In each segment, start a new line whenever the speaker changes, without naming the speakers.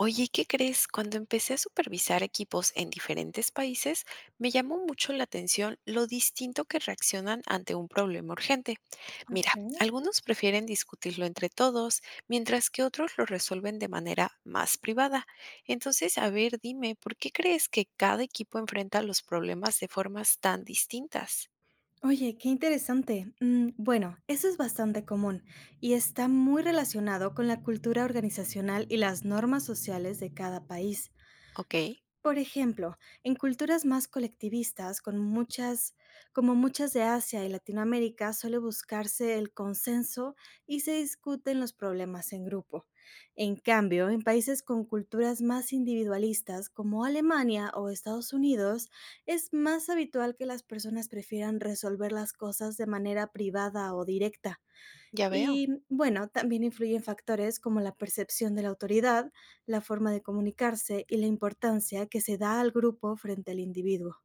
Oye, ¿qué crees? Cuando empecé a supervisar equipos en diferentes países, me llamó mucho la atención lo distinto que reaccionan ante un problema urgente. Mira,
Okey.
algunos prefieren discutirlo entre todos, mientras que otros lo resuelven de manera más privada. Entonces, a ver, dime, ¿por qué crees que cada equipo enfrenta los problemas de formas tan distintas?
Oye, qué interesante. Bueno, eso es bastante común y está muy relacionado con la cultura organizacional y las normas sociales de cada país.
Ok,
Por ejemplo, en culturas más colectivistas, como muchas de Asia y Latinoamérica, suele buscarse el consenso y se discuten los problemas en grupo. En cambio, en países con culturas más individualistas, como Alemania o Estados Unidos, es más habitual que las personas prefieran resolver las cosas de manera privada o directa.
ya veo.
Y bueno, también influyen factores como la percepción de la autoridad, la forma de comunicarse y la importancia que se da al grupo frente al individuo.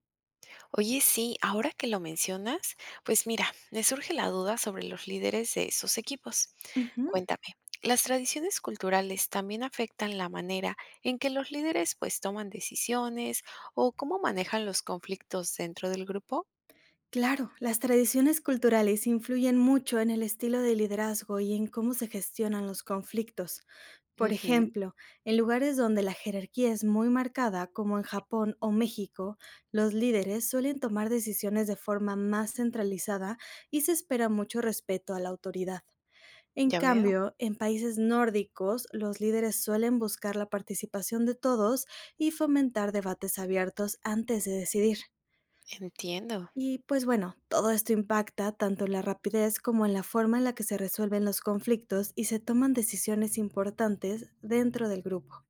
Oye, sí, ahora que lo mencionas, pues mira, me surge la duda sobre los líderes de esos equipos.
Ujú.
Cuéntame, ¿las tradiciones culturales también afectan la manera en que los líderes pues toman decisiones o cómo manejan los conflictos dentro del grupo?
Claro, las tradiciones culturales influyen mucho en el estilo de liderazgo y en cómo se gestionan los conflictos. Por
Ujú,
ejemplo, en lugares donde la jerarquía es muy marcada, como en Japón o México, los líderes suelen tomar decisiones de forma más centralizada y se espera mucho respeto a la autoridad. En
ya veo,
cambio, en países nórdicos, los líderes suelen buscar la participación de todos y fomentar debates abiertos antes de decidir.
entiendo.
Y pues bueno, todo esto impacta tanto en la rapidez como en la forma en la que se resuelven los conflictos y se toman decisiones importantes dentro del grupo.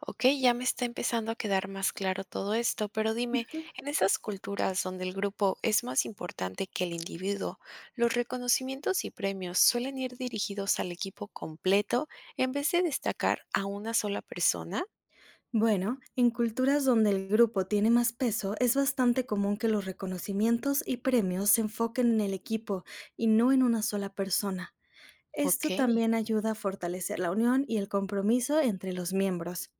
Ok, ya me está empezando a quedar más claro todo esto, pero dime,
Ujú.
en esas culturas donde el grupo es más importante que el individuo, ¿los reconocimientos y premios suelen ir dirigidos al equipo completo en vez de destacar a una sola persona?
Bueno, en culturas donde el grupo tiene más peso, es bastante común que los reconocimientos y premios se enfoquen en el equipo y no en una sola persona. Esto
Ok,
también ayuda a fortalecer la unión y el compromiso entre los miembros.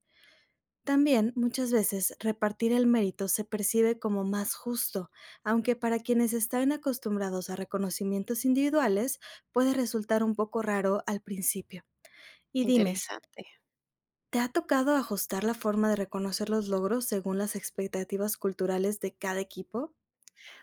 También, muchas veces, repartir el mérito se percibe como más justo, aunque para quienes están acostumbrados a reconocimientos individuales puede resultar un poco raro al principio. Y dime,
interesante.
¿te ha tocado ajustar la forma de reconocer los logros según las expectativas culturales de cada equipo?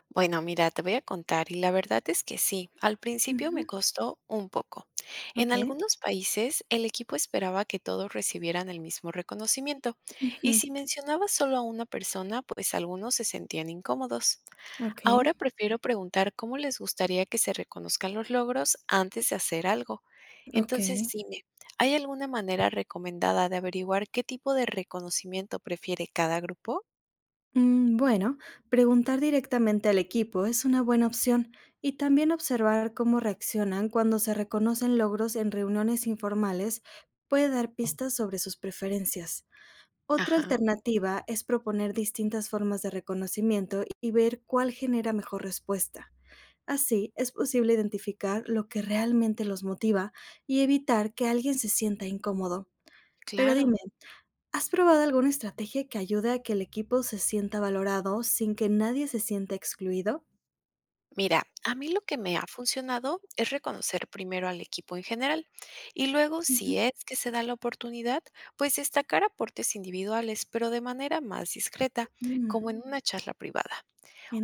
Bueno, mira, te voy a contar, y la verdad es que sí, al principio
Ujú.
me costó un poco. En
Ok.
algunos países, el equipo esperaba que todos recibieran el mismo reconocimiento, y
Ujú.
si mencionaba solo a una persona, pues algunos se sentían incómodos.
Ok.
Ahora prefiero preguntar cómo les gustaría que se reconozcan los logros antes de hacer algo.
Ok.
Entonces, dime, ¿hay alguna manera recomendada de averiguar qué tipo de reconocimiento prefiere cada grupo?
Bueno, preguntar directamente al equipo es una buena opción y también observar cómo reaccionan cuando se reconocen logros en reuniones informales puede dar pistas sobre sus preferencias. Otra
Ajá,
alternativa es proponer distintas formas de reconocimiento y ver cuál genera mejor respuesta. Así es posible identificar lo que realmente los motiva y evitar que alguien se sienta incómodo. Pero
claro.
dime, ¿has probado alguna estrategia que ayude a que el equipo se sienta valorado sin que nadie se sienta excluido?
Mira, a mí lo que me ha funcionado es reconocer primero al equipo en general y luego,
Ujú.
si es que se da la oportunidad, pues destacar aportes individuales, pero de manera más discreta,
Mm,
como en una charla privada.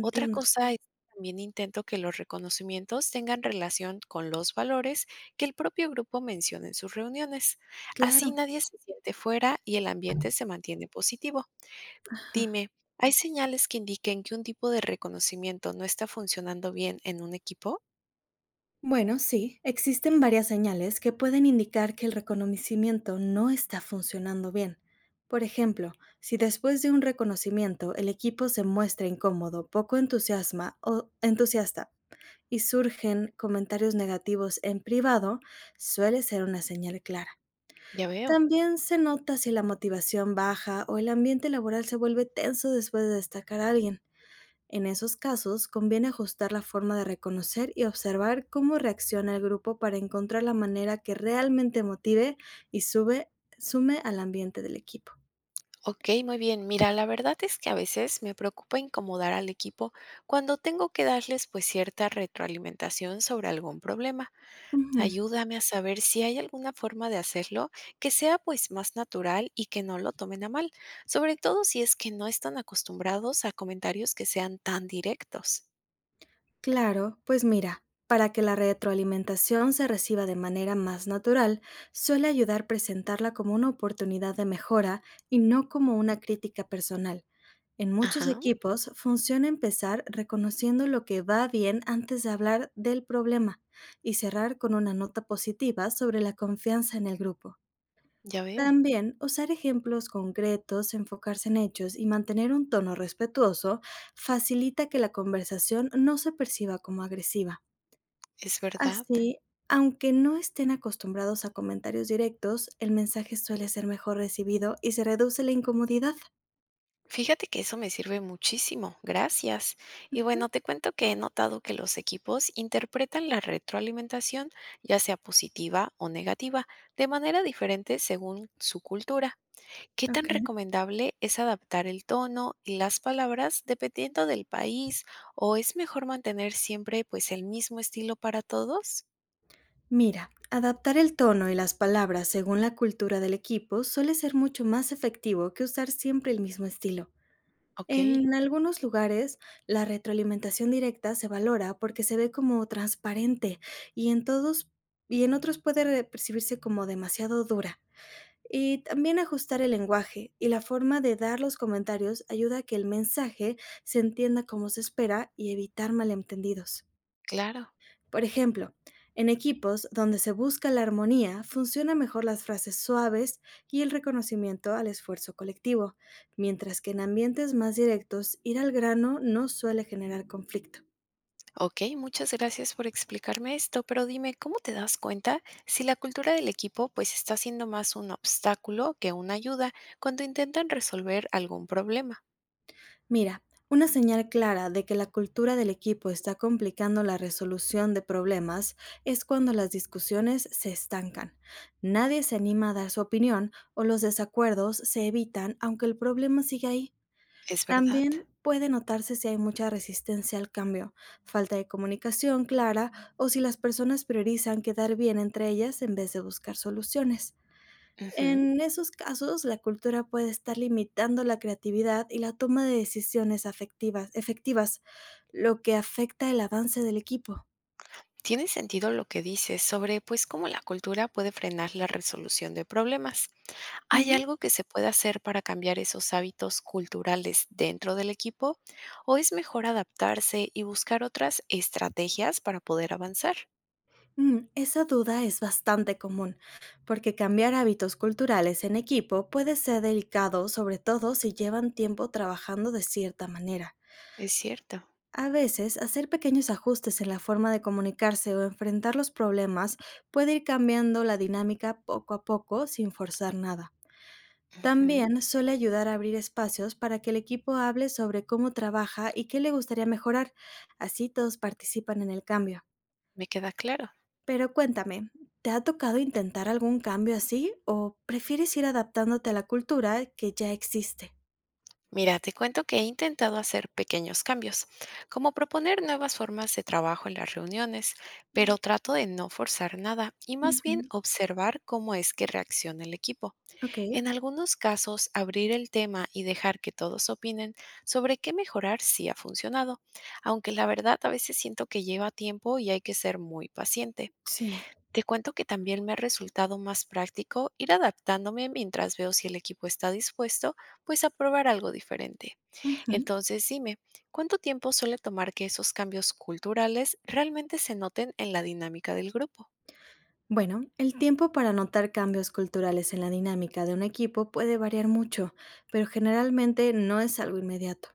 Otra cosa es que también intento que los reconocimientos tengan relación con los valores que el propio grupo menciona en sus reuniones.
Claro.
Así nadie se siente fuera y el ambiente se mantiene positivo.
Ajá.
Dime, ¿hay señales que indiquen que un tipo de reconocimiento no está funcionando bien en un equipo?
Bueno, sí, existen varias señales que pueden indicar que el reconocimiento no está funcionando bien. Por ejemplo, si después de un reconocimiento el equipo se muestra incómodo, poco entusiasma o entusiasta y surgen comentarios negativos en privado, suele ser una señal clara.
Ya veo.
También se nota si la motivación baja o el ambiente laboral se vuelve tenso después de destacar a alguien. En esos casos, conviene ajustar la forma de reconocer y observar cómo reacciona el grupo para encontrar la manera que realmente motive y sume al ambiente del equipo.
Ok, muy bien. Mira, la verdad es que a veces me preocupa incomodar al equipo cuando tengo que darles pues cierta retroalimentación sobre algún problema.
Ujú.
Ayúdame a saber si hay alguna forma de hacerlo que sea pues más natural y que no lo tomen a mal, sobre todo si es que no están acostumbrados a comentarios que sean tan directos.
Claro, pues mira, para que la retroalimentación se reciba de manera más natural, suele ayudar presentarla como una oportunidad de mejora y no como una crítica personal. En muchos
Ajá,
equipos funciona empezar reconociendo lo que va bien antes de hablar del problema y cerrar con una nota positiva sobre la confianza en el grupo.
ya veo,
También usar ejemplos concretos, enfocarse en hechos y mantener un tono respetuoso facilita que la conversación no se perciba como agresiva.
es verdad.
Así, aunque no estén acostumbrados a comentarios directos, el mensaje suele ser mejor recibido y se reduce la incomodidad.
Fíjate que eso me sirve muchísimo, gracias. Y
Ujú.
bueno, te cuento que he notado que los equipos interpretan la retroalimentación, ya sea positiva o negativa, de manera diferente según su cultura. ¿Qué tan
Ok.
recomendable es adaptar el tono y las palabras dependiendo del país o es mejor mantener siempre pues el mismo estilo para todos?
Mira, adaptar el tono y las palabras según la cultura del equipo suele ser mucho más efectivo que usar siempre el mismo estilo.
Ok,
En algunos lugares, la retroalimentación directa se valora porque se ve como transparente y en todos y en otros puede percibirse como demasiado dura. Y también ajustar el lenguaje y la forma de dar los comentarios ayuda a que el mensaje se entienda como se espera y evitar malentendidos.
claro.
Por ejemplo, en equipos donde se busca la armonía, funcionan mejor las frases suaves y el reconocimiento al esfuerzo colectivo, mientras que en ambientes más directos, ir al grano no suele generar conflicto.
Ok, muchas gracias por explicarme esto, pero dime, ¿cómo te das cuenta si la cultura del equipo pues está siendo más un obstáculo que una ayuda cuando intentan resolver algún problema?
Mira, una señal clara de que la cultura del equipo está complicando la resolución de problemas es cuando las discusiones se estancan. Nadie se anima a dar su opinión o los desacuerdos se evitan aunque el problema siga ahí.
¿Es verdad?
También puede notarse si hay mucha resistencia al cambio, falta de comunicación clara o si las personas priorizan quedar bien entre ellas en vez de buscar soluciones.
Ujú.
En esos casos, la cultura puede estar limitando la creatividad y la toma de decisiones afectivas, efectivas, lo que afecta el avance del equipo.
Tiene sentido lo que dices sobre pues cómo la cultura puede frenar la resolución de problemas. ¿Hay
Ujú.
algo que se puede hacer para cambiar esos hábitos culturales dentro del equipo o es mejor adaptarse y buscar otras estrategias para poder avanzar?
Esa duda es bastante común, porque cambiar hábitos culturales en equipo puede ser delicado, sobre todo si llevan tiempo trabajando de cierta manera.
Es cierto.
A veces, hacer pequeños ajustes en la forma de comunicarse o enfrentar los problemas puede ir cambiando la dinámica poco a poco sin forzar nada.
Ujú.
También suele ayudar a abrir espacios para que el equipo hable sobre cómo trabaja y qué le gustaría mejorar. Así todos participan en el cambio.
Me queda claro.
Pero cuéntame, ¿te ha tocado intentar algún cambio así o prefieres ir adaptándote a la cultura que ya existe?
Mira, te cuento que he intentado hacer pequeños cambios, como proponer nuevas formas de trabajo en las reuniones,
Mm.
pero trato de no forzar nada y más bien
Ujú.
observar cómo es que reacciona el equipo.
Ok.
En algunos casos, abrir el tema y dejar que todos opinen sobre qué mejorar sí ha funcionado, aunque la verdad a veces siento que lleva tiempo y hay que ser muy paciente.
Sí.
Te cuento que también me ha resultado más práctico ir adaptándome mientras veo si el equipo está dispuesto, pues a probar algo diferente. Entonces, dime, ¿cuánto tiempo suele tomar que esos cambios culturales realmente se noten en la dinámica del grupo?
Bueno, el tiempo para notar cambios culturales en la dinámica de un equipo puede variar mucho, pero generalmente no es algo inmediato.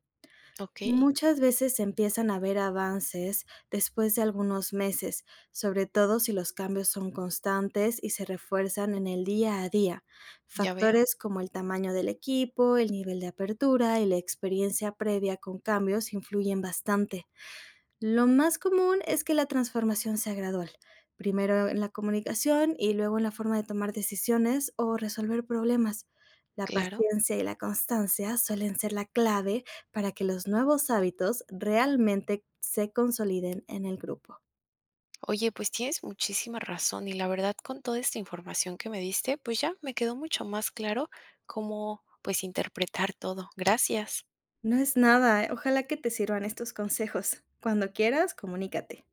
Ok,
Muchas veces se empiezan a ver avances después de algunos meses, sobre todo si los cambios son constantes y se refuerzan en el día a día.
ya veo,
Factores como el tamaño del equipo, el nivel de apertura y la experiencia previa con cambios influyen bastante. Lo más común es que la transformación sea gradual, primero en la comunicación y luego en la forma de tomar decisiones o resolver problemas. La
claro.
paciencia y la constancia suelen ser la clave para que los nuevos hábitos realmente se consoliden en el grupo.
Oye, pues tienes muchísima razón y la verdad con toda esta información que me diste, pues ya me quedó mucho más claro cómo pues interpretar todo. Gracias.
No es nada, ojalá que te sirvan estos consejos. Cuando quieras, comunícate.